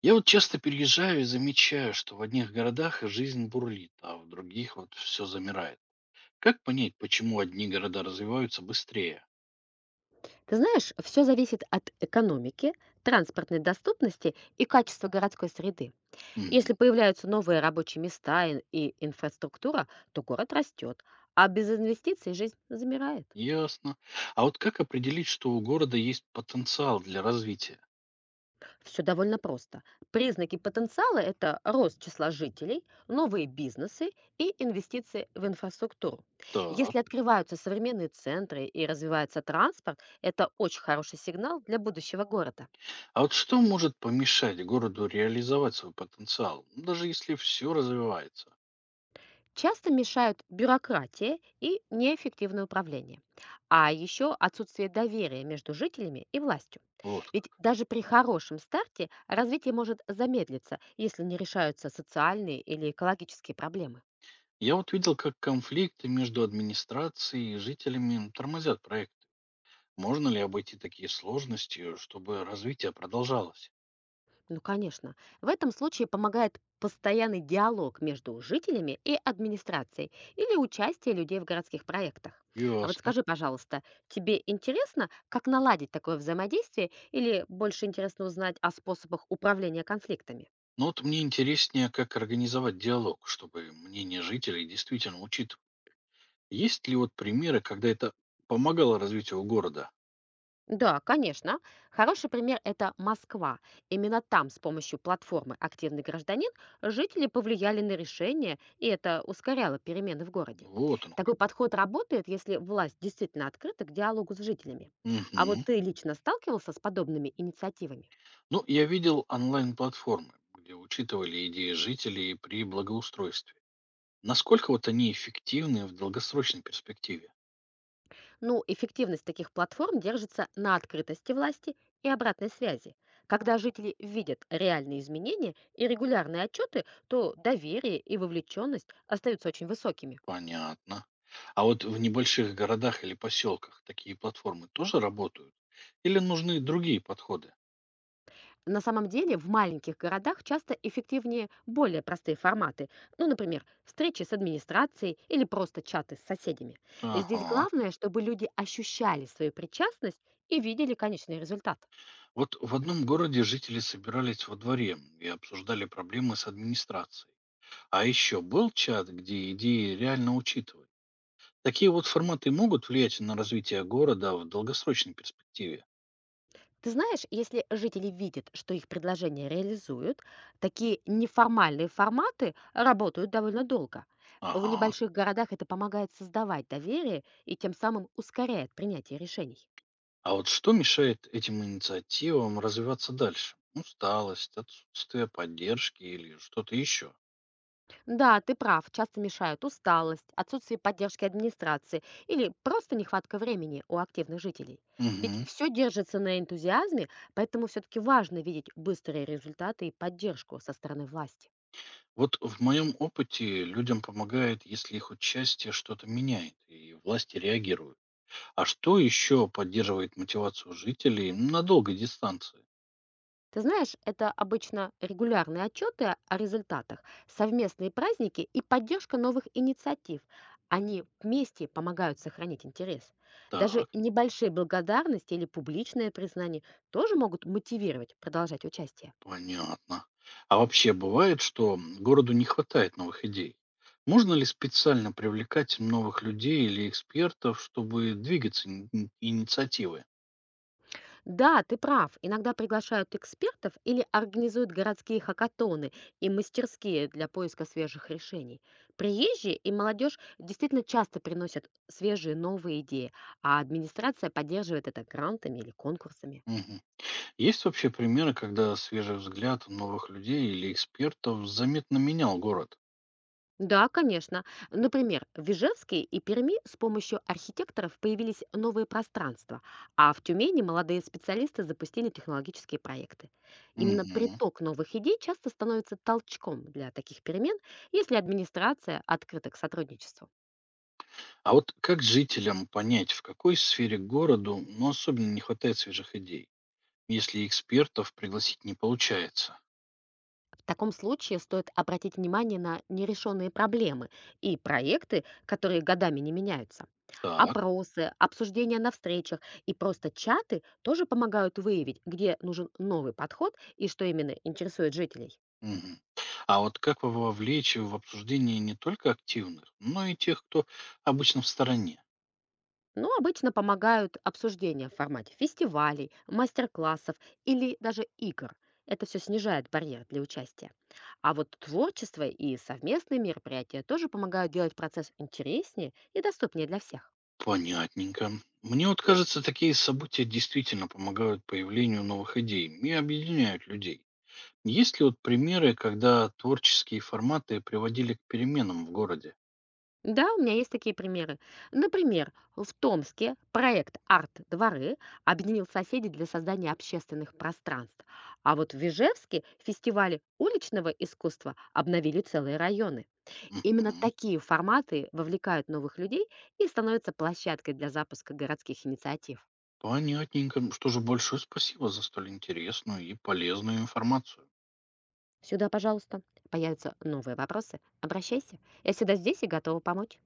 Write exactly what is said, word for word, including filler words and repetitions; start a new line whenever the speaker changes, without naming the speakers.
Я вот часто переезжаю и замечаю, что в одних городах жизнь бурлит, а в других вот все замирает. Как понять, почему одни города развиваются быстрее?
Ты знаешь, все зависит от экономики, транспортной доступности и качества городской среды.
Мгм,
Если появляются новые рабочие места и, и инфраструктура, то город растет, а без инвестиций жизнь замирает.
ясно. А вот как определить, что у города есть потенциал для развития?
Все довольно просто. Признаки потенциала– это рост числа жителей, новые бизнесы и инвестиции в инфраструктуру.
Так.
Если открываются современные центры и развивается транспорт, это очень хороший сигнал для будущего города.
А вот что может помешать городу реализовать свой потенциал, ну, даже если все развивается?
Часто мешают бюрократия и неэффективное управление, а еще отсутствие доверия между жителями и властью.
Вот
Ведь
как.
даже при хорошем старте развитие может замедлиться, если не решаются социальные или экологические проблемы.
Я вот видел, как конфликты между администрацией и жителями тормозят проект. Можно ли обойти такие сложности, чтобы развитие продолжалось?
Ну, конечно. В этом случае помогает постоянный диалог между жителями и администрацией или участие людей в городских проектах. А вот
Ясно.
скажи, пожалуйста, тебе интересно, как наладить такое взаимодействие или больше интересно узнать о способах управления конфликтами?
Но вот мне интереснее, как организовать диалог, чтобы мнение жителей действительно учитывать. Есть ли вот примеры, когда это помогало развитию города?
Да, конечно. Хороший пример– это Москва. Именно там с помощью платформы «Активный гражданин» жители повлияли на решение, и это ускоряло перемены в городе.
Вот оно
Такой
как.
подход работает, если власть действительно открыта к диалогу с жителями. А вот
Мгм.
ты лично сталкивался с подобными инициативами?
Ну, я видел онлайн-платформы, где учитывали идеи жителей при благоустройстве. Насколько вот они эффективны в долгосрочной перспективе?
Ну, эффективность таких платформ держится на открытости власти и обратной связи. Когда жители видят реальные изменения и регулярные отчеты, то доверие и вовлеченность остаются очень высокими.
Понятно. А вот в небольших городах или поселках такие платформы тоже работают? Или нужны другие подходы?
На самом деле в маленьких городах часто эффективнее более простые форматы, ну, например, встречи с администрацией или просто чаты с соседями. Здесь
Ага.
главное, чтобы люди ощущали свою причастность и видели конечный результат.
Вот в одном городе жители собирались во дворе и обсуждали проблемы с администрацией. А еще был чат, где идеи реально учитывают. Такие вот форматы могут влиять на развитие города в долгосрочной перспективе.
Ты знаешь, если жители видят, что их предложения реализуют, такие неформальные форматы работают довольно долго. В
Ага.
небольших городах это помогает создавать доверие и тем самым ускоряет принятие решений.
А вот что мешает этим инициативам развиваться дальше? Усталость, отсутствие поддержки или что-то еще?
Да, ты прав, часто мешают усталость, отсутствие поддержки администрации или просто нехватка времени у активных жителей. Ведь
Угу.
все держится на энтузиазме, поэтому все-таки важно видеть быстрые результаты и поддержку со стороны власти.
Вот в моем опыте людям помогает, если их участие что-то меняет, и власти реагируют. А что еще поддерживает мотивацию жителей на долгой дистанции?
Ты знаешь, это обычно регулярные отчеты о результатах, совместные праздники и поддержка новых инициатив. Они вместе помогают сохранить интерес.
Так,
Даже небольшие благодарности или публичное признание тоже могут мотивировать продолжать участие.
понятно. А вообще бывает, что м, городу не хватает новых идей? Можно ли специально привлекать новых людей или экспертов, чтобы двигаться ин- ин- инициативы?
Да, ты прав. Иногда приглашают экспертов или организуют городские хакатоны и мастерские для поиска свежих решений. Приезжие и молодежь действительно часто приносят свежие новые идеи, а администрация поддерживает это грантами или конкурсами.
Мгм. Есть вообще примеры, когда свежий взгляд новых людей или экспертов заметно менял город?
Да, конечно. Например, в Ижевске и Перми с помощью архитекторов появились новые пространства, а в Тюмени молодые специалисты запустили технологические проекты. Именно
Мгм.
приток новых идей часто становится толчком для таких перемен, если администрация открыта к сотрудничеству.
А вот как жителям понять, в какой сфере городу, ну, особенно не хватает свежих идей, если экспертов пригласить не получается?
В таком случае стоит обратить внимание на нерешенные проблемы и проекты, которые годами не меняются.
Так.
Опросы, обсуждения на встречах и просто чаты тоже помогают выявить, где нужен новый подход и что именно интересует жителей.
Мгм. А вот как во- вовлечь в обсуждение не только активных, но и тех, кто обычно в стороне?
Но обычно помогают обсуждения в формате фестивалей, мастер-классов или даже игр. Это все снижает барьер для участия. А вот творчество и совместные мероприятия тоже помогают делать процесс интереснее и доступнее для всех.
Понятненько. Мне вот кажется, такие события действительно помогают появлению новых идей и объединяют людей. Есть ли вот примеры, когда творческие форматы приводили к переменам в городе?
Да, у меня есть такие примеры. Например, в Томске проект «Арт-дворы» объединил соседей для создания общественных пространств, а вот в Вижевске фестивали уличного искусства обновили целые районы. Именно
Мгм.
такие форматы вовлекают новых людей и становятся площадкой для запуска городских инициатив.
Понятненько. Что же, большое спасибо за столь интересную и полезную информацию.
Сюда, пожалуйста, появятся новые вопросы. Обращайся. Я всегда здесь и готова помочь.